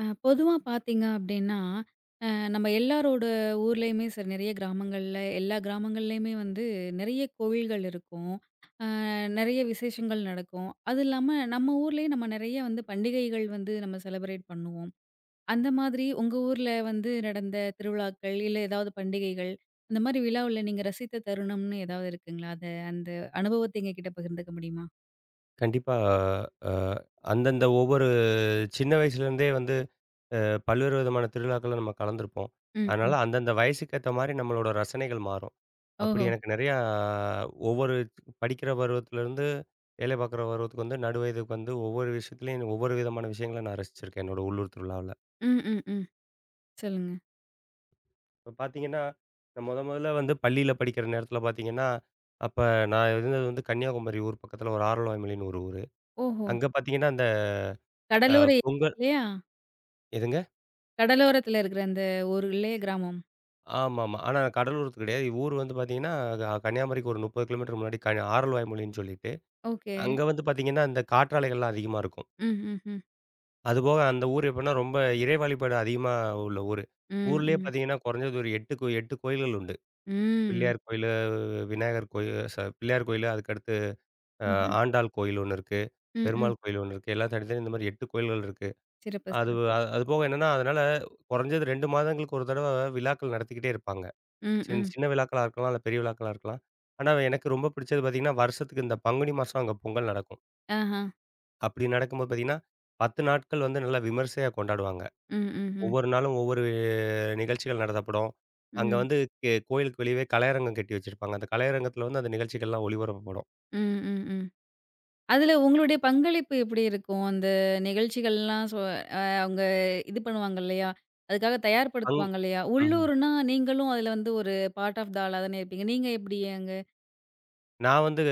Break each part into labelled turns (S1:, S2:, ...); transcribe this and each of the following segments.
S1: பொதுவா பார்த்தீங்க அப்டின்னா, அ நம்ம எல்லாரோட ஊர்லயுமே சரி நெறைய கிராமங்கள்ல எல்லா கிராமங்கள்லயுமே வந்து நெறைய கோவில்கள் இருக்கும். நெறைய விசேஷங்கள் நடக்கும். அது இல்லாம நம்ம ஊர்லயே நம்ம நெறைய வந்து பண்டிகைகள் வந்து நம்ம செலிப்ரேட் பண்ணுவோம். அந்த மாதிரி உங்க ஊர்ல வந்து நடந்த திருவிழாக்கள், இல்ல ஏதாவது பண்டிகைகள், அந்த மாரி விழாவுல நீங்க ரசித்த தருணம்னு ஏதாவது இருக்குங்களா? அந்த அனுபவத்த எங்ககிட்ட பகிர்ந்துக்க முடியுமா?
S2: கண்டிப்பா. அ அந்தந்த ஒவ்வொரு சின்ன வயசுலேருந்தே வந்து அ பல்வேறு விதமான திருவிழாக்கள்ல நம்ம கலந்துருப்போம்.
S1: ம், ம்.
S2: அதனால அந்தந்த வயசுக்கு ஏத்த மாரி நம்மளோட ரசனைகள் மாறும். அப்படி
S1: ஓஹோ!
S2: எனக்கு நெறையா ஒவ்வொரு படிக்கிற பருவத்திலேருந்து வேலை பார்க்குற பருவத்துக்கு வந்து நடு வயதுக்கு வந்து ஒவ்வொரு விஷயத்துலயும் ஒவ்வொரு விதமான விஷயங்கள நான் ரசிச்சிருக்கேன். என்னோட உள்ளூர் திருவிழாவுல.
S1: ம், ம், ம். சொல்லுங்க.
S2: இப்ப பார்த்தீங்கன்னா, நான் மொதல்ல வந்து பள்ளியில படிக்கிற நேரத்தில பார்த்தீங்கன்னா, அப்ப நான் இருந்தது வந்து கன்னியாகுமரி ஊர் பக்கத்தில ஒரு ஆரல்வாய்மொழின்னு ஒரு ஊரு.
S1: ஓஹோ!
S2: அங்க பார்த்தீங்கன்னா, அந்த அ
S1: கடலூர்
S2: பொங்கல்
S1: இல்லையா?
S2: எதுங்க?
S1: கடலோரத்துல இருக்கிற அந்த ஊர்லயே கிராமம்.
S2: ஆமாமா. ஆனா கடலூருக்கு கிடையாது. ஊர் வந்து பார்த்தீங்கன்னா, கன்னியாகுமரிக்கு ஒரு 30 கிலோமீட்டர் முன்னாடி ஆரல்வாய்மொழின்னு சொல்லிட்டு,
S1: ஓகே.
S2: அங்க வந்து பார்த்தீங்கன்னா, இந்த காற்றாலைகள்லாம் அதிகமா இருக்கும்.
S1: ம், ம், ம்.
S2: அதுபோக அந்த ஊர் எப்படின்னா, ரொம்ப இறை வழிபாடு அதிகமா உள்ள ஊரு.
S1: ம்,
S2: ஊர்லயே
S1: ம்.
S2: பார்த்தீங்கன்னா, குறைஞ்சது ஒரு 8 8 கோயில்கள் உண்டு.
S1: ம்.
S2: பிள்ளையார் கோயிலு, விநாயகர் கோயில் பிள்ளையார் கோயிலு, அதுக்கடுத்து அ
S1: ம்ஹ்ம்.
S2: ஆண்டாள் கோயில் ஒண்ணு இருக்கு.
S1: ம், ம்.
S2: பெருமாள் கோயில் ஒண்ணு இருக்கு. எல்லாம் தனித்தனி இந்த மாரி 8 கோயில்கள் இருக்கு.
S1: சிறப்பு,
S2: அது
S1: சிறப்பு.
S2: அது போக என்னன்னா, அதனால குறைஞ்சது 2 மாதங்களுக்கு ஒரு தடவ விழாக்கள் நடத்திக்கிட்டே இருப்பாங்க.
S1: ம், ம்.
S2: சின்ன விழாக்களா இருக்கலாம். இல்ல பெரிய விழாக்களா இருக்கலாம். ஆனா எனக்கு ரொம்ப பிடிச்சது பார்த்தீங்கன்னா, வருஷத்துக்கு இந்த பங்குனி மாசம் அங்க பொங்கல் நடக்கும்.
S1: ஆஹா.
S2: அப்படி நடக்கும்போது பார்த்தீங்கன்னா, 10 நாட்கள் வந்து நல்லா விமர்சையா கொண்டாடுவாங்க.
S1: ம், ம், ம்.
S2: ஒவ்வொரு நாளும் ஒவ்வொரு நிகழ்ச்சிகள் நடத்தப்படும். அங்க
S1: ம்.
S2: வந்து கோயிலுக்கு வெளியவே கலையரங்கம் கட்டி வச்சிருப்பாங்க. அந்த கலையரங்கத்துல வந்து அந்த நிகழ்ச்சிகள்லாம் ஒளிபரப்பப்படும்.
S1: ம், ம், ம். அதுல உங்களுடைய பங்களிப்பு எப்படி இருக்கும்? அந்த நிகழ்ச்சிகள்லாம் சொ அ அவங்க இது பண்ணுவாங்க இல்லையா? அதுக்காக
S2: அங்
S1: தயார்படுத்துவாங்க இல்லையா?
S2: ம்ஹ்ம்.
S1: உள்ளூர்னா நீங்களும் அதுல வந்து ஒரு பார்ட் ஆஃப் த ஆளா தானே இருப்பீங்க. நீங்க எப்படி அங்க?
S2: நான் வந்து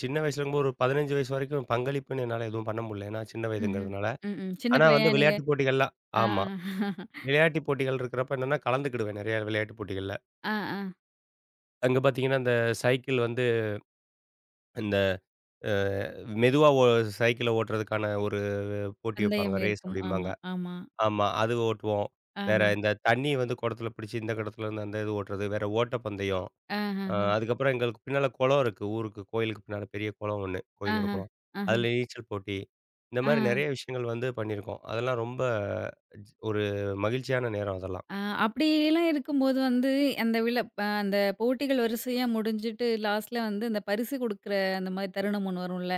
S2: சின்ன வயசுல இருக்கும்போது ஒரு 15 வயசு வரைக்கும் பங்களிப்புன்னு என்னால எதுவும் பண்ண முடியல. ஏன்னா சின்ன
S1: ம்ஹ்ம்.
S2: வயதுங்கிறதுனால.
S1: ம், ம். சின்ன
S2: ஆனா வந்து
S1: பையன் நீங்க.
S2: விளையாட்டு போட்டிகள்லாம்.
S1: ஆ,
S2: ஆமா.
S1: ஆ.
S2: விளையாட்டு போட்டிகள் இருக்கிறப்ப என்னன்னா, கலந்துக்கிடுவேன் நெறைய விளையாட்டு போட்டிகள்ல.
S1: ஆ, ஆ.
S2: அங்க பார்த்தீங்கன்னா, அந்த சைக்கிள் வந்து இந்த அ மெதுவா சைக்கிள ஓட்டுறதுக்கான ஒரு போட்டி வைப்பாங்க.
S1: பந்தயம்
S2: ரேஸ்
S1: இருக்கும்.
S2: அப்படிம்பாங்க.
S1: ஆமா, ஆமா.
S2: ஆமா. அது ஓட்டுவோம். வேற
S1: ஆ.
S2: இந்த தண்ணி வந்து குடத்துல பிடிச்சு இந்த குடத்துல இருந்து அந்த இது ஓட்டுறது. வேற ஓட்டப்பந்தயம்.
S1: ஆஹஹ,
S2: அதுக்கப்புறம் எங்களுக்கு பின்னால குளம் இருக்கு. ஊருக்கு கோயிலுக்கு பின்னால பெரிய குளம் ஒண்ணு. கோயிலோட
S1: ஆஹ,
S2: குளம்.
S1: ஆஹ,
S2: அதில நீச்சல் போட்டி. இந்த
S1: ஆ,
S2: மாரி நெறைய விஷயங்கள் வந்து பண்ணியிருக்கோம். அதெல்லாம் ரொம்ப ஒரு மகிழ்ச்சியான நேரம் அதெல்லாம்.
S1: ஆ. அப்படிலாம் இருக்கும்போது வந்து, அந்த விழ அ அந்த போட்டிகள் வரிசையா முடிஞ்சுட்டு லாஸ்ட்ல வந்து அந்த பரிசு குடுக்குற அந்த மாரி தருணம் ஒண்ணு வரும்ல.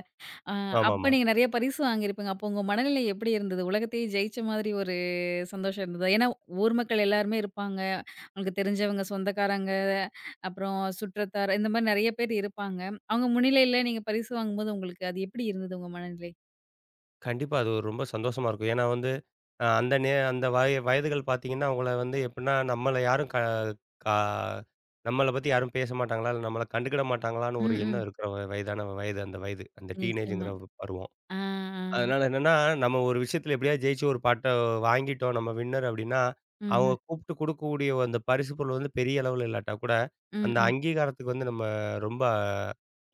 S1: அ அப்ப
S2: ஆமாமா.
S1: நீங்க நெறைய பரிசு வாங்கியிருப்பீங்க. அப்போ உங்க மனநிலை எப்படி இருந்தது? உலகத்தையே ஜெயிச்ச மாதிரி ஒரு சந்தோஷம் இருந்ததா? ஏன்னா ஊர் மக்கள் எல்லாருமே இருப்பாங்க. உங்களுக்கு தெரிஞ்சவங்க, சொந்தக்காரங்க, அப்புறம் சுற்றத்தார் இந்த மாரி நெறைய பேர் இருப்பாங்க. அவங்க முன்னிலையில நீங்க பரிசு வாங்கும்போது உங்களுக்கு அது எப்படி இருந்தது உங்க மனநிலை?
S2: கண்டிப்பா. அது ஒரு ரொம்ப சந்தோஷமா இருக்கும். ஏன்னா வந்து, அ அந்த நே அந்த வயதுகள் பார்த்தீங்கன்னா, அவங்கள வந்து எப்புட்ன்னா, நம்மள யாரும் க கா நம்மள பத்தி யாரும் பேச மாட்டாங்களா? இல்ல நம்மள கண்டுக்கிட மாட்டாங்களான்னு ஒரு
S1: ம்,
S2: எண்ணம்
S1: ம்.
S2: இருக்கிற வயதான வயது அந்த வயது. அந்த டீனேஜ்ங்கிற
S1: நிச்சயமா.
S2: ஒரு பருவம்.
S1: ஆ, ஆ.
S2: அதனால என்னன்னா, நம்ம ஒரு விஷயத்துல எப்படியாவது ஜெயிச்சு ஒரு பாட்ட வாங்கிட்டோம், நம்ம வின்னர் அப்படின்னா,
S1: ம்ஹ்ம்.
S2: அவங்க கூப்ட்டு குடுக்கக்கூடிய அந்த பரிசு பொருள் வந்து பெரிய அளவுல இல்லாட்டா கூட,
S1: ம்,
S2: அந்த
S1: ம்.
S2: அங்கீகாரத்துக்கு வந்து நம்ம ரொம்ப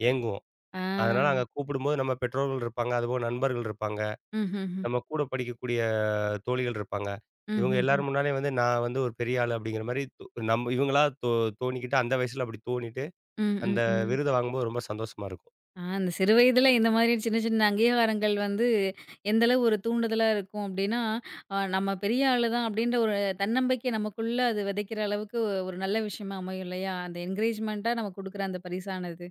S2: ஏங்குவோம்.
S1: ஆ.
S2: அதனால அங்க கூப்பிடும்போது நம்ம பெற்றோர்கள் இருப்பாங்க, அதுபோக நண்பர்கள் இருப்பாங்க.
S1: ம்ஹ்ஹ்ம்.
S2: நம்ம கூட படிக்கக்கூடிய தோழிகள் இருப்பாங்க. இவங்க
S1: ம்ஹ்ஹ்ம்.
S2: எல்லார் முன்னாலயும் வந்து நான் வந்து ஒரு பெரிய ஆளு அப்படிங்கிற மாரி நம்ம இவங்களா தோணிக்கிட்டு அந்த வயசுல அப்படி தோணிட்டு,
S1: ம், ம்,
S2: அந்த
S1: ம்.
S2: விருத வாங்கும்போது ரொம்ப சந்தோஷமா இருக்கும்.
S1: ஆ அந்த சிறு வயதில இந்த மாதிரி சின்ன சின்ன அங்கீகாரங்கள் வந்து எந்த அளவு ஒரு தூண்டுதலா இருக்கும் அப்டின்னா, நம்ம பெரிய ஆளு தான் அப்டின்ற ஒரு தன்னம்பிக்கை நமக்குள்ள அது விதைக்கிற அளவுக்கு ஒரு நல்ல விஷயமா அமையும் இல்லையா? அந்த என்கரேஜ்மென்ட்டா நம்ம குடுக்குற அந்த பரிசானது.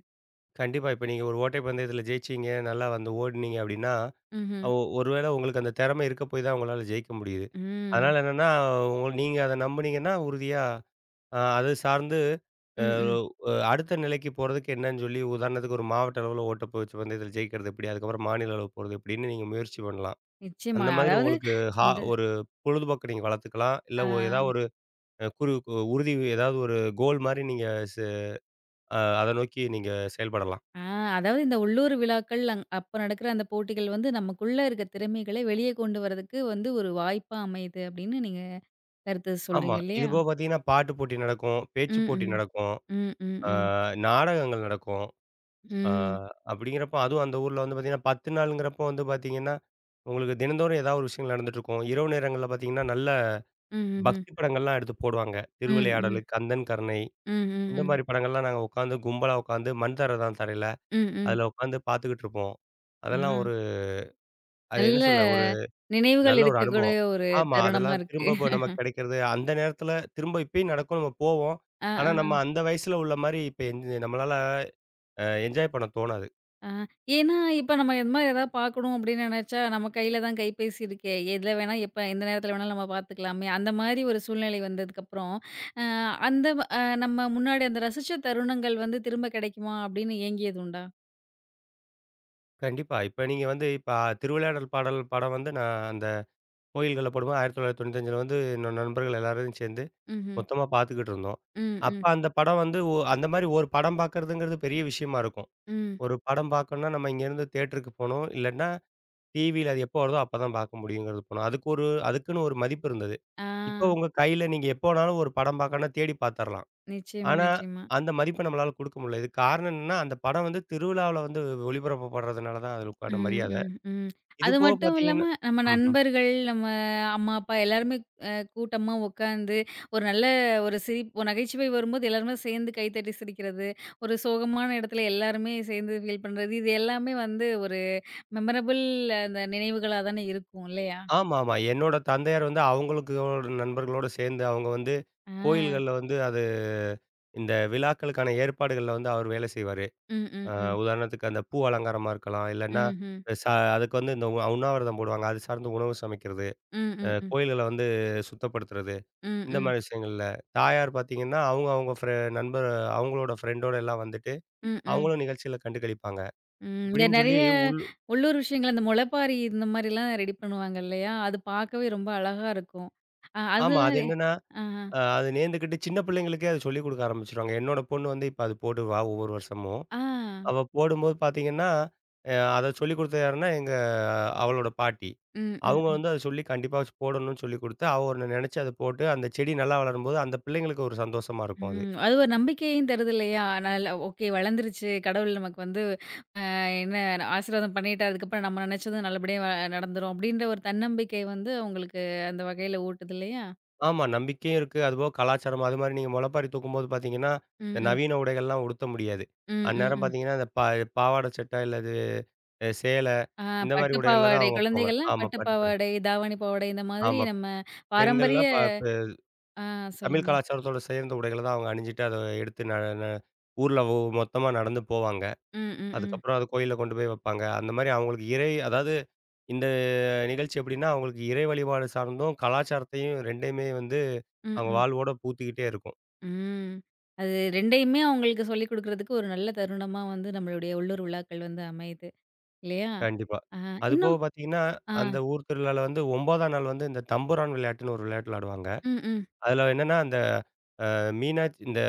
S2: கண்டிப்பா. இப்ப நீங்க ஒரு ஓட்டை பந்தயத்துல ஜெயிச்சீங்க, நல்லா வந்து ஓடுனீங்க அப்படின்னா,
S1: ம்ஹ்ம்.
S2: ஒ ஒருவேளை உங்களுக்கு அந்த திறமை இருக்க போய் தான் உங்களால ஜெயிக்க முடியுது.
S1: ம்.
S2: அதனால என்னன்னா, நீங்க அத நம்புனீங்கன்னா உறுதியா அது சார்ந்து அ
S1: ம், ம்.
S2: அ அடுத்த நிலைக்கு போறதுக்கு என்னன்னு சொல்லி உதாரணத்துக்கு ஒரு மாவட்ட அளவுல ஓட்டப்பயிற்சி பந்தயத்துல ஜெயிக்கிறது எப்படி? அதுக்கப்புறம் மாநில அளவு போறது எப்படின்னு நீங்க முயற்சி பண்ணலாம்.
S1: நிச்சயமா.
S2: அந்த மாதிரி உங்களுக்கு
S1: இந்த
S2: ஒரு பொழுதுபோக்க நீங்க வளர்த்துக்கலாம். இல்ல
S1: ஆ.
S2: ஏதாவது ஒரு அ குறு உறுதி ஏதாவது ஒரு கோல் மாரி நீங்க செ அ அத நோக்கி நீங்க செயல்படலாம்.
S1: ஆ அதாவது இந்த உள்ளூர் விழாக்கள் அப்ப நடக்கிற அந்த போட்டிகள் வந்து நமக்குள்ள இருக்க திறமைகளை வெளியே கொண்டு வரதுக்கு வந்து ஒரு வாய்ப்பா அமையுது அப்படின்னு நீங்க கருத்து
S2: ஆமா.
S1: சொல்றீங்க
S2: இது
S1: இல்லையா?
S2: போக பார்த்தீங்கன்னா, பாட்டு போட்டி நடக்கும், பேச்சு
S1: ம்,
S2: போட்டி
S1: ம்.
S2: நடக்கும்,
S1: ம், ம்,
S2: அ
S1: ம்.
S2: நாடகங்கள் நடக்கும். அ
S1: ம்.
S2: அப்படிங்கிறப்ப அதுவும் அந்த ஊர்ல வந்து பார்த்தீங்கன்னா, 10 நாளுங்கிறப்போ வந்து பார்த்தீங்கன்னா, உங்களுக்கு தினந்தோறும் ஏதாவது ஒரு விஷயங்கள் நடந்துட்டுருக்கும். இரவு நேரங்கள்ல பார்த்தீங்கன்னா, நல்ல
S1: ம்ஹ்ஹ்ம்.
S2: பக்தி படங்கள்லாம் எடுத்து போடுவாங்க.
S1: ம்,
S2: திருவிளையாடலு,
S1: ம்.
S2: கந்தன் கருணை
S1: ம், ம்,
S2: இந்த
S1: ம்.
S2: மாரி படங்கள்லாம் நாங்க உட்காந்து கும்பலா உட்காந்து மண் தான் தரையில
S1: ம், ம். ம்
S2: அதுல உட்காந்து பார்த்துக்கிட்டு இருப்போம். அதெல்லாம் ஒரு
S1: ஆ
S2: அது என்ன
S1: நல்ல
S2: சொல்ல ஒரு
S1: நினைவுகள்
S2: நல்ல ஒரு
S1: இருக்கக்கூடிய
S2: அனுபவம்.
S1: ஒரு
S2: ஆமா.
S1: தருணமா
S2: அதெல்லாம்
S1: இருக்கு.
S2: திரும்ப இப்ப நமக்கு கிடைக்கிறது, அந்த நேரத்துல திரும்ப இப்பயும் நடக்கும் நம்ம போவோம்.
S1: ஆ,
S2: ஆனா
S1: ஆ, ஆ.
S2: நம்ம அந்த வயசுல உள்ள மாரி இப்ப நம்மளால என்ஜாய் பண்ண தோணாது.
S1: ஆ, ஏன்னா இப்ப நம்ம இந்த மாரி ஏதாவது பார்க்கணும் அப்படின்னு நினைச்சா, நம்ம கையில தான் கைபேசி இருக்கே. எதுல வேணா, எப்ப எந்த நேரத்துல வேணாலும் நம்ம பார்த்துக்கலாமே. அந்த மாரி ஒரு சூழ்நிலை வந்ததுக்கப்புறம், அ அந்த அ நம்ம முன்னாடி அந்த ரசிச்ச தருணங்கள் வந்து திரும்ப கிடைக்குமா அப்படின்னு ஏங்கியது உண்டா?
S2: கண்டிப்பா. இப்ப நீங்க வந்து இப்ப திருவிளையாடல் பாடல் படம் வந்து நான் அந்த கோயில்கள்ல போடும்போது 1995ல வந்து என்னோட நண்பர்கள் எல்லாரும் சேர்ந்து
S1: ம்ஹ்ம்.
S2: மொத்தமா பார்த்துக்கிட்டு இருந்தோம்.
S1: ம்,
S2: அப்ப
S1: ம்,
S2: அந்த படம் வந்து அந்த மாரி ஒரு படம் பார்க்கறதுங்கிறது பெரிய விஷயமா இருக்கும்.
S1: ம்.
S2: ஒரு படம் பார்க்கணும்னா நம்ம இங்கேருந்து தியேட்டருக்கு போணும். இல்லன்னா டிவியில அது எப்போ வருதோ அப்பதான் பார்க்க முடியுங்கிறது போனோம். அதுக்கு ஒரு அதுக்குன்னு ஒரு மதிப்பு இருந்தது.
S1: ஆ,
S2: இப்போ உங்க கையில நீங்க எப்போ வேணாலும் ஒரு படம் பார்க்கணும்னா தேடி பார்த்துரலாம்.
S1: நிச்சயமா,
S2: ஆனா,
S1: நிச்சயமா.
S2: அந்த மதிப்ப நம்மளால குடுக்க முடியல. இதுக்கு காரணம் என்னன்னா, அந்த படம் வந்து திருவிழாவுல வந்து ஒளிபரப்பப்படுறதுனால தான் அதுக்கு உண்டான
S1: ம்,
S2: மரியாதை.
S1: ம், ம்.
S2: இது
S1: அது
S2: போக
S1: மட்டும் இல்லாம,
S2: பார்த்தீங்கன்னா.
S1: நம்ம
S2: ம்ஹ்ம்.
S1: நண்பர்கள், நம்ம அம்மா, அப்பா எல்லாருமே அ கூட்டமா உட்காந்து, ஒரு நல்ல ஒரு ஒரு நகைச்சுவை வரும்போது எல்லாருமே சேர்ந்து கைத்தட்டி சிரிக்கிறது. ஒரு சோகமான இடத்துல எல்லாருமே சேர்ந்து ஃபீல் பண்றது. இது எல்லாமே வந்து ஒரு மெமரபிள் அந்த நினைவுகளா தானே இருக்கும் இல்லையா?
S2: ஆமாமா. என்னோட தந்தையார் வந்து அவங்களுக்கு அவரோட நண்பர்களோட சேர்ந்து அவங்க வந்து
S1: ஆ.
S2: கோயில்கள்ல வந்து அது இந்த விழாக்களுக்கான ஏற்பாடுகள்ல வந்து அவர் வேலை செய்வாரு.
S1: ம், ம்,
S2: அ
S1: ம்.
S2: உதாரணத்துக்கு அந்த பூ அலங்காரமா இருக்கலாம். இல்லன்னா,
S1: ம்ஹ்ம்.
S2: ச அதுக்கு வந்து இந்த உண்ணாவிரதம் போடுவாங்க. அது சார்ந்த உணவு சமைக்கிறது.
S1: ம், ம், ம்.
S2: கோயில்கள வந்து சுத்தப்படுத்துறது.
S1: ம்,
S2: இந்த
S1: ம்.
S2: மாரி விஷயங்கள்ல. தாயார் பார்த்தீங்கன்னா, அவங்க அவங்க நண்பர் அவங்களோட ஃப்ரெண்டோட எல்லாம் வந்துட்டு,
S1: ம், ம்.
S2: அவங்களும் நிகழ்ச்சியில கண்டு களிப்பாங்க.
S1: ம். இந்த
S2: இப்படின்னு சொல்லி.
S1: நெறைய உள்ளூர் விஷயங்கள் அந்த முளைப்பாரி இந்த மாரிலாம் ரெடி பண்ணுவாங்க இல்லையா? அது பார்க்கவே ரொம்ப அழகா இருக்கும். அ
S2: ஆமா. அது
S1: அதெல்லாம் ரெ
S2: என்னன்னா,
S1: ஆஹா.
S2: அது நேர்ந்துக்கிட்டு சின்ன பிள்ளைங்களுக்கே அத சொல்லிக் குடுக்க ஆரம்பிச்சுருவாங்க. என்னோட பொண்ணு வந்து இப்ப அது போடுவா ஒவ்வொரு வருஷமும்.
S1: ஆ.
S2: அவ போடும்போது பார்த்தீங்கன்னா, அத சொல்லிக் குடுத்தது யாருன்னா, அவளோட பாட்டி.
S1: ம், ம்,
S2: அவங்க
S1: ம்,
S2: வந்து அத சொல்லி கண்டிப்பா வச்சு போடணும்னு சொல்லிக் குடுத்து, அவ ஒண்ணு நெனச்சு அத போட்டு, அந்த செடி நல்லா வளரும்போது, அந்த பிள்ளைங்களுக்கு ஒரு சந்தோஷமா இருக்கும் அது.
S1: ம். அது ஒரு நம்பிக்கையும் தருது இல்லையா? நல்ல ஓகே வளர்ந்துருச்சு. கடவுள் நமக்கு வந்து அ என்ன ஆசீர்வாதம் பண்ணிட்டாரு. அதுக்கப்புறம் நம்ம நினைச்சது நல்லபடியா நடந்துரும். அப்படின்ற ஒரு தன்னம்பிக்கை வந்து உங்களுக்கு அந்த வகையில ஊட்டுது இல்லையா?
S2: ஆமா. நம்பிக்கையும் இருக்கு. அதுபோக கலாச்சாரம் அது மாரி நீங்க முளைப்பாரி தூக்கும்போது பார்த்தீங்கன்னா,
S1: ம்,
S2: இந்த
S1: ம்.
S2: நவீன உடைகள்லாம் உடுத்த முடியாது.
S1: ம், ம்,
S2: அந்நேரம்
S1: ம்.
S2: பார்த்தீங்கன்னா, இந்த பாவாடை சட்டை இல்ல இது சேலை,
S1: ஆ
S2: இந்த மாரி
S1: பட்டு
S2: உடைகள்ல தான்
S1: பாவாடை
S2: அவங்க போவாங்க.
S1: குழந்தைகள்லாம்
S2: ஆமா.
S1: பட்டு
S2: பட்டுப்புடவை.
S1: பாவாடை, தாவணி பாவாடை இந்த மாதிரி
S2: ஆமா.
S1: நம்ம
S2: பெண்கள்னா
S1: பாரம்பரிய ஆ
S2: தமிழ்
S1: சொல்லுங்க.
S2: கலாச்சாரத்தோட சேர்ந்த உடைகள தான் அவங்க அணிஞ்சுட்டு, அத எடுத்து ந ந ஊர்ல மொத்தமா நடந்து போவாங்க.
S1: ம், ம், ம்.
S2: அதுக்கப்புறம் அது கோயில்ல கொண்டு போய் வைப்பாங்க. அந்த மாரி அவங்களுக்கு இறை அதாவது இந்த நிகழ்ச்சி எப்படின்னா, அவங்களுக்கு இறை வழிபாடு சார்ந்தும், கலாச்சாரத்தையும் 2யுமே வந்து
S1: ம்,
S2: அவங்க
S1: ம்.
S2: வாழ்வோட பூத்திக்கிட்டே இருக்கும்.
S1: ம். அது 2யுமே அவங்களுக்கு சொல்லிக் குடுக்குறதுக்கு ஒரு நல்ல தருணமா வந்து நம்மளுடைய உள்ளூர் விழாக்கள் வந்து அமையுது. இல்லையா?
S2: கண்டிப்பா.
S1: ஆ
S2: அதுபோக
S1: இன்னும்
S2: பார்த்தீங்கன்னா,
S1: ஆ.
S2: அந்த ஊர் திருவிழால வந்து 9ஆம் நாள் வந்து இந்த தம்புரான் விளையாட்டுன்னு ஒரு விளையாட்டு விளையாடுவாங்க.
S1: ம், ம்.
S2: அதுல என்னன்னா, அந்த மீனாட்சி இந்த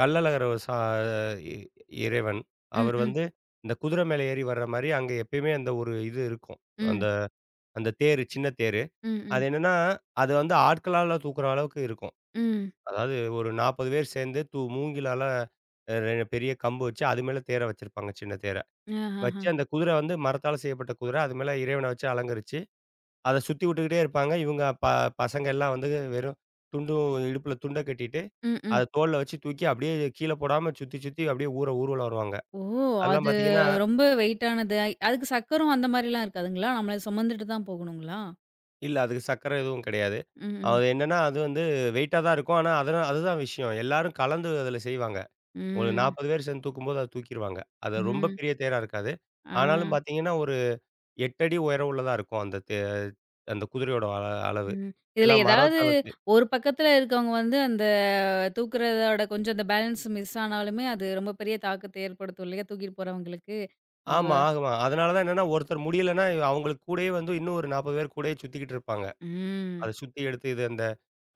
S2: கள்ளழகர் ஒரு சா இ இறைவன்.
S1: ம்,
S2: அவர்
S1: ம்.
S2: வந்து இந்த குதிரை மேல ஏறி வர்ற மாரி அங்க எப்பயுமே அந்த ஒரு இது இருக்கும். அந்த
S1: ம்.
S2: அந்த தேரு சின்ன தேரு.
S1: ம்,
S2: அது
S1: ம்.
S2: என்னன்னா, அது வந்து ஆட்களால தூக்குற அளவுக்கு இருக்கும்.
S1: ம்.
S2: அதாவது ஒரு 40 பேர் சேர்ந்து மூங்கிலால அ ரெ பெரிய கம்பு வச்சு அது மேல தேர வச்சிருப்பாங்க சின்ன தேர.
S1: ஆஹஹா.
S2: வச்சு அந்த குதிரை வந்து மரத்தால செய்யப்பட்ட குதிரை. அது மேல இறைவன வச்சு அலங்கரிச்சு, அத சுத்தி விட்டுக்கிட்டே இருப்பாங்க. இவங்க ப பசங்க எல்லாம் வந்து வெறும் துண்டும் இடுப்புல துண்ட கட்டிட்டு
S1: ம், ம்.
S2: அத தோள்ல வச்சு தூக்கி அப்படியே கீழ போடாம சுத்தி, சுத்தி அப்படியே ஊர்வலம் வருவாங்க.
S1: ஓ!
S2: அதெல்லாம்
S1: அது
S2: பார்த்தீங்கன்னா,
S1: ரொம்ப வெயிட்டானது. அதுக்கு சக்கரம் அந்த மாரிலாம் இருக்காதுங்களா? நம்மள சுமந்துட்டு தான் போகணுங்களா?
S2: இல்ல அதுக்கு சர்க்கரை எதுவும் கிடையாது.
S1: ம், ம்.
S2: அது என்னன்னா, அது வந்து வெயிட்டா தான் இருக்கும். ஆனா அதனா அதுதான் விஷயம். எல்லாரும் கலந்து அதில செய்வாங்க. ஒரு
S1: ம்.
S2: 40 பேர் சேர்ந்து தூக்கும்போது அத தூக்கிருவாங்க. அது ரொம்ப
S1: ம்.
S2: பெரிய தேரா இருக்காது.
S1: ஆ.
S2: ஆனாலும் பார்த்தீங்கன்னா, ஒரு 8 அடி உயரம் உள்ளதா இருக்கும். அந்த அந்த குதிரையோட அளவு.
S1: ம். இதுல
S2: எல்லாம்
S1: ஏதாவது
S2: மரத்தால
S1: ஒரு பக்கத்துல இருக்கவங்க வந்து அந்த தூக்குறதோட கொஞ்சம் அந்த பேலன்ஸ் மிஸ் ஆனாலுமே, அது ரொம்ப பெரிய தாக்கத்தை ஏற்படுத்தும் இல்லையா? தூக்கிட்டு போறவங்களுக்கு. அந்த
S2: ஆமா, ஆமா. அதனால தான் என்னன்னா, ஒருத்தர் முடியலன்னா, அவங்களுக்கு கூடயே வந்து இன்னும் ஒரு 40 பேர் கூடயே சுத்திக்கிட்டு இருப்பாங்க. அத
S1: ம்.
S2: சுத்தி எடுத்து இது அந்த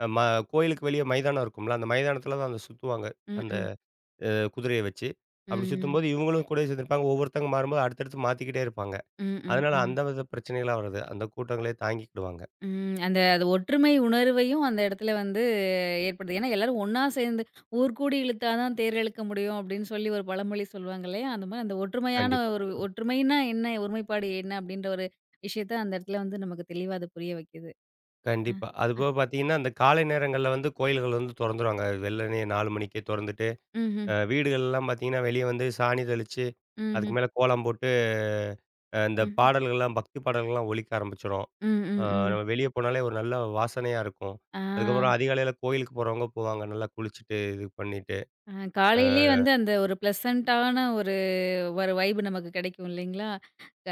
S2: அ ம கோயிலுக்கு வெளிய மைதானம் இருக்கும்ல, அந்த மைதானத்தில தான் அந்த சுத்துவாங்க.
S1: ம்,
S2: அந்த
S1: ம்.
S2: குதிரைய வச்சு. அப்படி
S1: ம், ம்.
S2: சுத்தும்போது இவங்களும் கூடயே சேர்ந்திருப்பாங்க. ஒவ்வொருத்தங்க மாறும்போது அடுத்தடுத்து மாத்திக்கிட்டே இருப்பாங்க.
S1: ம்,
S2: அதனால
S1: ம்.
S2: அந்த வித பிரச்சனைகளா வராது. அந்த கூட்டங்களே தாங்கிக்கிடுவாங்க.
S1: ம். அந்த அது ஒற்றுமை உணர்வையும் அந்த இடத்துல வந்து ஏற்படுது. ஏன்னா எல்லாரும் ஒண்ணா சேர்ந்து ஊர்கூடி இழுத்தா தான் தேர் இழுக்க முடியும் அப்படின்னு சொல்லி ஒரு பழமொழி சொல்லுவாங்க இல்லையா? அந்த மாரி அந்த ஒற்றுமையான
S2: கண்டிப்பா,
S1: ஒரு
S2: கண்டிப்பா.
S1: ஒற்றுமைன்னா என்ன? ஒருமைப்பாடு என்ன? அப்படின்ற ஒரு விஷயத்த அந்த இடத்துல வந்து நமக்கு தெளிவா அது புரிய வைக்குது. அ.
S2: கண்டிப்பா. அதுபோக பார்த்தீங்கன்னா, அந்த காலை நேரங்கள்ல வந்து கோயில்கள் வந்து தொறந்துருவாங்க. வெள்ளனே 4 மணிக்கே தொறந்துட்டு
S1: ம்ஹ்ம்.
S2: வீடுகள்லாம் பார்த்தீங்கன்னா, வெளிய வந்து சாணி தெளிச்சு,
S1: ம்ஹ்ம்.
S2: அதுக்கு மேல கோலம் போட்டு, இந்த
S1: ம்.
S2: பாடல்கள்லாம் பக்தி பாடல்கள்லாம் ஒலிக்க ஆரம்பிச்சுரும்.
S1: ம்,
S2: அ
S1: ம், ம்.
S2: நம்ம வெளிய போனாலே ஒரு நல்ல வாசனையா இருக்கும்.
S1: ஆ,
S2: அதுக்கப்புறம் அதிகாலையில கோயிலுக்கு போறவங்க போவாங்க. நல்லா குளிச்சுட்டு, இது பண்ணிட்டு. அ
S1: காலையிலயே வந்து அந்த ஒரு பிளசன்ட்டான ஒரு ஒரு வைப் நமக்கு கிடைக்கும் இல்லைங்களா?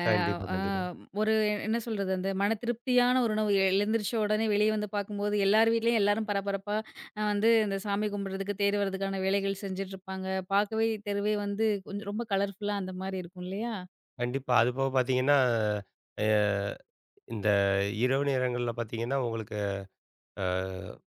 S1: அ
S2: கண்டிப்பா,
S1: ஆ
S2: கண்டிப்பா.
S1: ஒரு என்ன சொல்றது? அந்த மன திருப்தியான ஒரு உணவு எழுந்திரிச்ச உடனே வெளியே வந்து பார்க்கும்போது, எல்லார் வீட்லயும் எல்லாரும் பரபரப்பா வந்து இந்த சாமி கும்பிடுறதுக்கு, தேர் வர்றதுக்கான வேலைகள் செஞ்சுட்ருப்பாங்க. பார்க்கவே தெருவே வந்து கொஞ்சம் ரொம்ப கலர்ஃபுல்லா அந்த மாரி இருக்கும் இல்லையா?
S2: கண்டிப்பா. அதுபோக பார்த்தீங்கன்னா, அ இந்த இரவு நேரங்கள்ல பார்த்தீங்கன்னா, உங்களுக்கு அ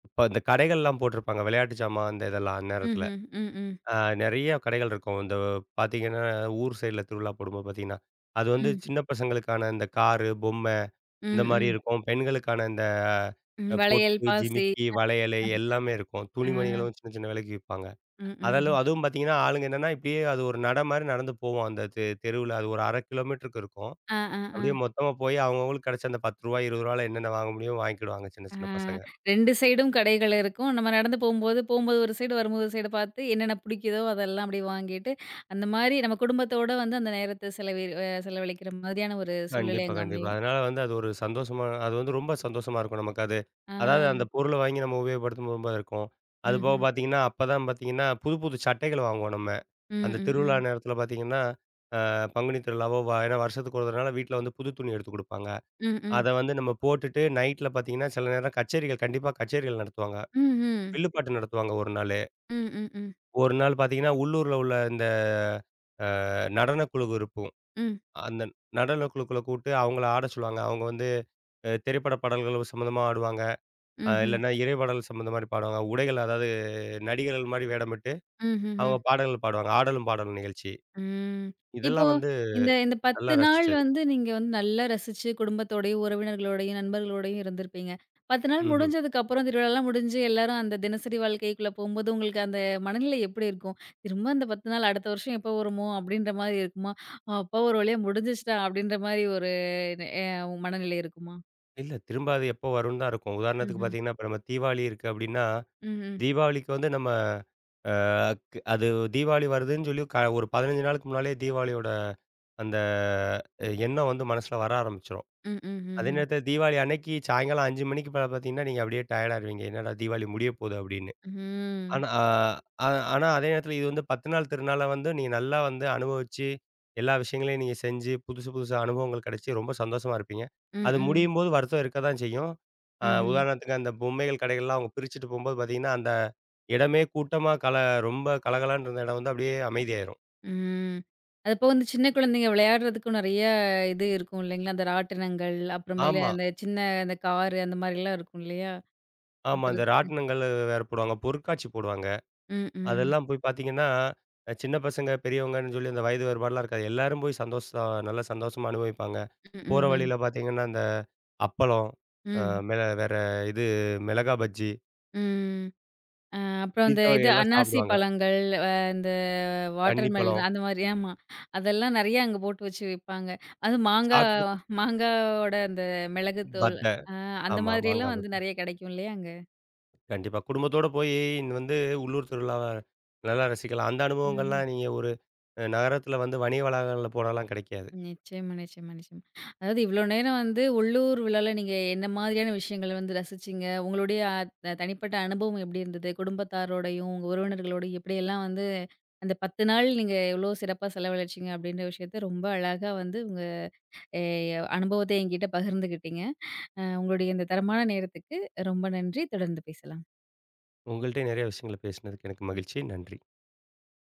S2: இப்ப இந்த கடைகள்லாம் போட்டிருப்பாங்க. விளையாட்டு ஜாமான் அந்த இதெல்லாம் அந்நேரத்தில.
S1: ம்ஹ்ம். ம், ம்,
S2: நெறைய கடைகள் இருக்கும். இந்த பார்த்தீங்கன்னா, ஊர் சைடுல திருவிழா போடும்போது பார்த்தீங்கன்னா, அது
S1: ம்,
S2: வந்து
S1: ம்,
S2: சின்ன பசங்களுக்கான இந்த காரு, பொம்மை இந்த
S1: ம்.
S2: மாரி
S1: ம்.
S2: இருக்கும். பெண்களுக்கான இந்த
S1: ம். வளையல்,
S2: பொட்டு,
S1: பாசி.
S2: ஜிமிக்கி, வளையலு எல்லாமே இருக்கும்.
S1: ஆ.
S2: துணிமணிகளும் சின்ன சின்ன விலைக்கு விப்பாங்க.
S1: ம், ம்.
S2: அதெல்லாம் அதுவும் பார்த்தீங்கன்னா, ஆளுங்க என்னன்னா, இப்படியே அது ஒரு மாரி நடந்து போவோம். அந்த தெருவுல அது ஒரு 1/2 கிலோமீட்டருக்கு இருக்கும்.
S1: ஆ, ஆ, ஆ.
S2: அப்படியே மொத்தமா போய் அவங்கவங்களுக்கு கிடைச்ச அந்த ரூ. 10, ரூ. 20ல என்னென்ன வாங்க முடியுமோ வாங்கிக்கிடுவாங்க சின்ன
S1: ஆ
S2: சின்ன பசங்க.
S1: 2 சைடும் கடைகள் இருக்கும். நம்ம நடந்து போம்போது, போம்போது ஒரு சைடு, வரும்போது ஒரு சைடு பார்த்து என்னென்ன பிடிக்குதோ அதெல்லாம் அப்படியே வாங்கிட்டு, அந்த மாரி நம்ம குடும்பத்தோட வந்து அந்த நேரத்த செலவி அ செலவழிக்கிற மாதிரியான ஒரு சூழ்நிலை
S2: கண்டிப்பா,
S1: அங்க
S2: கண்டிப்பா.
S1: அமையும்.
S2: அதனால வந்து அது ஒரு சந்தோஷமா அது வந்து ரொம்ப சந்தோஷமா இருக்கும் நமக்கு அது.
S1: ஆ.
S2: அதாவது அந்த பொருள வாங்கி நம்ம உபயோகப்படுத்தும் போது இருக்கும். அதுபோக
S1: ம்ஹ்ம்.
S2: பார்த்தீங்கன்னா, அப்பதான் பார்த்தீங்கன்னா, புது புது சட்டைகள் வாங்குவோம் நம்ம.
S1: ம்,
S2: அந்த
S1: ம்,
S2: திருவிழா
S1: ம்.
S2: நேரத்தில பார்த்தீங்கன்னா, அ பங்குனி திருவிழாவோ ஏன்னா வருஷத்துக்கு ஒரு தடவனால வீட்ல வந்து புது துணி எடுத்து குடுப்பாங்க.
S1: ம்,
S2: அத
S1: ம்.
S2: வந்து நம்ம போட்டுட்டு நைட்ல பார்த்தீங்கன்னா, சில நேரம் கச்சேரிகள் கண்டிப்பா கச்சேரிகள் நடத்துவாங்க.
S1: ம்ஹ்ம்.
S2: வில்லுப்பாட்டு நடத்துவாங்க ஒரு நாளு.
S1: ம், ம், ம்.
S2: ஒரு நாள் பார்த்தீங்கன்னா, உள்ளூர்ல உள்ள இந்த நடனக்குழு இருக்கும்.
S1: ம்.
S2: அந்த நடன குழுக்கள கூப்பிட்டு அவங்கள ஆட சொல்லுவாங்க. அவங்க வந்து திரைப்பட பாடல்கள் சம்மந்தமா ஆடுவாங்க.
S1: ம்ஹ்ம்.
S2: இல்லன்னா இறைபாடல் சம்மந்த மாரி பாடுவாங்க. உடைகள் அதாவது நடிகர்கள் மாரி வேடமிட்டு
S1: ம்ஹ்ம்.
S2: அவங்க பாடல்கள் பாடுவாங்க. ஆடலும் பாடலும் நிகழ்ச்சி.
S1: ம். இப்போ
S2: இதெல்லாம் வந்து
S1: இந்த இந்த
S2: நல்லா
S1: 10 நாள்
S2: ரசிச்சது.
S1: வந்து நீங்க வந்து நல்லா ரசிச்சு குடும்பத்தோடயும், உறவினர்களோடயும், நண்பர்களோடயும் இருந்திருப்பீங்க. 10 நாள்
S2: ம்ஹ்ம்.
S1: முடிஞ்சதுக்கு அப்புறம் திருவிழாலாம் முடிஞ்சு எல்லாரும் அந்த தினசரி வாழ்க்கைக்குள்ள போம்போது, உங்களுக்கு அந்த மனநிலை எப்படி இருக்கும்? திரும்ப அந்த 10 நாள் அடுத்த வருஷம் எப்போ வருமோ? அப்படின்ற மாரி இருக்குமா? "அப்பா ஒரு வழியா முடிஞ்சிருச்சுடா" அப்படின்ற மாரி ஒரு அ மனநிலை இருக்குமா?
S2: இல்ல திரும்ப அது எப்போ வரும்னு தான் இருக்கும். உதாரணத்துக்கு
S1: ம்ஹ்ம்.
S2: பார்த்தீங்கன்னா, இப்ப நம்ம தீபாவளி இருக்கு அப்டின்னா,
S1: ம்ஹ்ம்.
S2: தீபாவளிக்கு வந்து நம்ம அ க் அது தீபாவளி வருதுன்னு சொல்லி ஒரு 15 நாளுக்கு முன்னாலயே தீபாவளியோட அந்த எண்ணம் வந்து மனசுல வர ஆரம்பிச்சுரும்.
S1: ம், ம், ம்,
S2: அதே
S1: ம், ம்.
S2: நேரத்தில தீபாவளி அன்னைக்கு சாயங்காலம் 5 மணிக்கு மேல பார்த்தீங்கன்னா, நீங்க அப்படியே டயர்டா ஆயிருவீங்க. என்னடா தீபாவளி முடிய போது அப்படின்னு.
S1: ம்.
S2: ஆனா அ அ ஆனா அதே நேரத்தில இது வந்து 10 நாள் திருநாள வந்து நீங்க நல்லா வந்து அனுபவிச்சு, எல்லா விஷயங்களையும் நீங்க செஞ்சு, புதுசு புதுசா அனுபவங்கள் கிடைச்சு ரொம்ப சந்தோஷமா இருப்பீங்க.
S1: ம்,
S2: அது
S1: ம்.
S2: முடியும்போது வருத்தம் இருக்க தான் செய்யும்.
S1: ம்ஹ்ம்.
S2: உதாரணத்துக்கு அந்த பொம்மைகள் கடைகள்லாம் அவங்க பிரிச்சுட்டு போம்போது பார்த்தீங்கன்னா, அந்த இடமே கூட்டமா ரொம்ப கலகலன்னு இருந்த இடம் வந்து அப்படியே அமைதியாயிரும்.
S1: ம். அது போக இந்த சின்ன குழந்தைங்க விளையாடுறதுக்கும் நெறைய இது இருக்கும் இல்லைங்களா? அந்த ராட்டினங்கள், அப்புறமேலு
S2: ஆமா,
S1: அந்த சின்ன அந்த காரு அந்த மாரிலாம் இருக்கும் இல்லையா?
S2: ஆமா. அந்த
S1: சுத்துறதுக்கு.
S2: ராட்டினங்கள் வேற போடுவாங்க. பொருட்காட்சி போடுவாங்க.
S1: ம், ம்.
S2: அதெல்லாம் போய் பார்த்தீங்கன்னா, சின்ன பசங்க, பெரியவங்கன்னு சொல்லி அந்த வயது வேறுபாடுலாம் இருக்காது. எல்லாரும் போய் நல்லா சந்தோஷமா அனுபவிப்பாங்க.
S1: ம்,
S2: போற
S1: ம்ஹ்ம்.
S2: வழியில பார்த்தீங்கன்னா, அந்த அப்பளம், அ
S1: ம்,
S2: மெள வேற இது மிளகா பஜ்ஜி,
S1: ம். அ அப்புறம் அந்த
S2: பிடித்த
S1: இது
S2: வகையெல்லாம்
S1: அன்னாசி
S2: சாப்பிடுவாங்க.
S1: பழங்கள், அ இந்த
S2: தண்ணிப்பழம்
S1: வாட்டர்மெலன் அந்த மாரி ஆமா. அதெல்லாம் நெறைய அங்க போட்டு வச்சு விப்பாங்க. அது மாங்கா
S2: சாப்பிட்டுட்டு
S1: மாங்காவோட அந்த மிளகுத்தூள்,
S2: பத்த.
S1: அ அந்த
S2: ஆமா, மாங்கா
S1: மாதிரியெல்லாம்
S2: பத்த.
S1: வந்து நெறைய கெடைக்கும் இல்லையா அங்க?
S2: கண்டிப்பா. குடும்பத்தோட போயி வந்து உள்ளூர் திருவிழாவ நல்லா ரசிக்கலாம். அந்த
S1: ம்.
S2: அனுபவங்கள்லாம் நீங்க ஒரு நகரத்தில வந்து வணிக வளாகங்கள்ல போனாலாம் கிடைக்காது.
S1: நிச்சயமா, நிச்சயமா, நிச்சயமா. அதாவது இவ்ளோ நேரம் வந்து உள்ளூர் விழால நீங்க என்ன மாதிரியான விஷயங்கள வந்து ரசிச்சீங்க? உங்களுடைய அ த தனிப்பட்ட அனுபவம் எப்படி இருந்தது? குடும்பத்தாரோடையும், உங்க உறவினர்களோடையும் எப்படியெல்லாம் வந்து அந்த 10 நாள் நீங்க எவ்ளோ சிறப்பா செலவழிச்சீங்க? அப்படின்ற விஷயத்த ரொம்ப அழகா வந்து உங்க எ அனுபவத்த என்கிட்ட பகிர்ந்துக்கிட்டீங்க. உங்களுடைய இந்த தரமான நேரத்துக்கு ரொம்ப நன்றி. தொடர்ந்து பேசலாம்.
S2: உங்கள்ட்டயும் நெறைய விஷயங்கள பேசினதுக்கு எனக்கு மகிழ்ச்சி. நன்றி.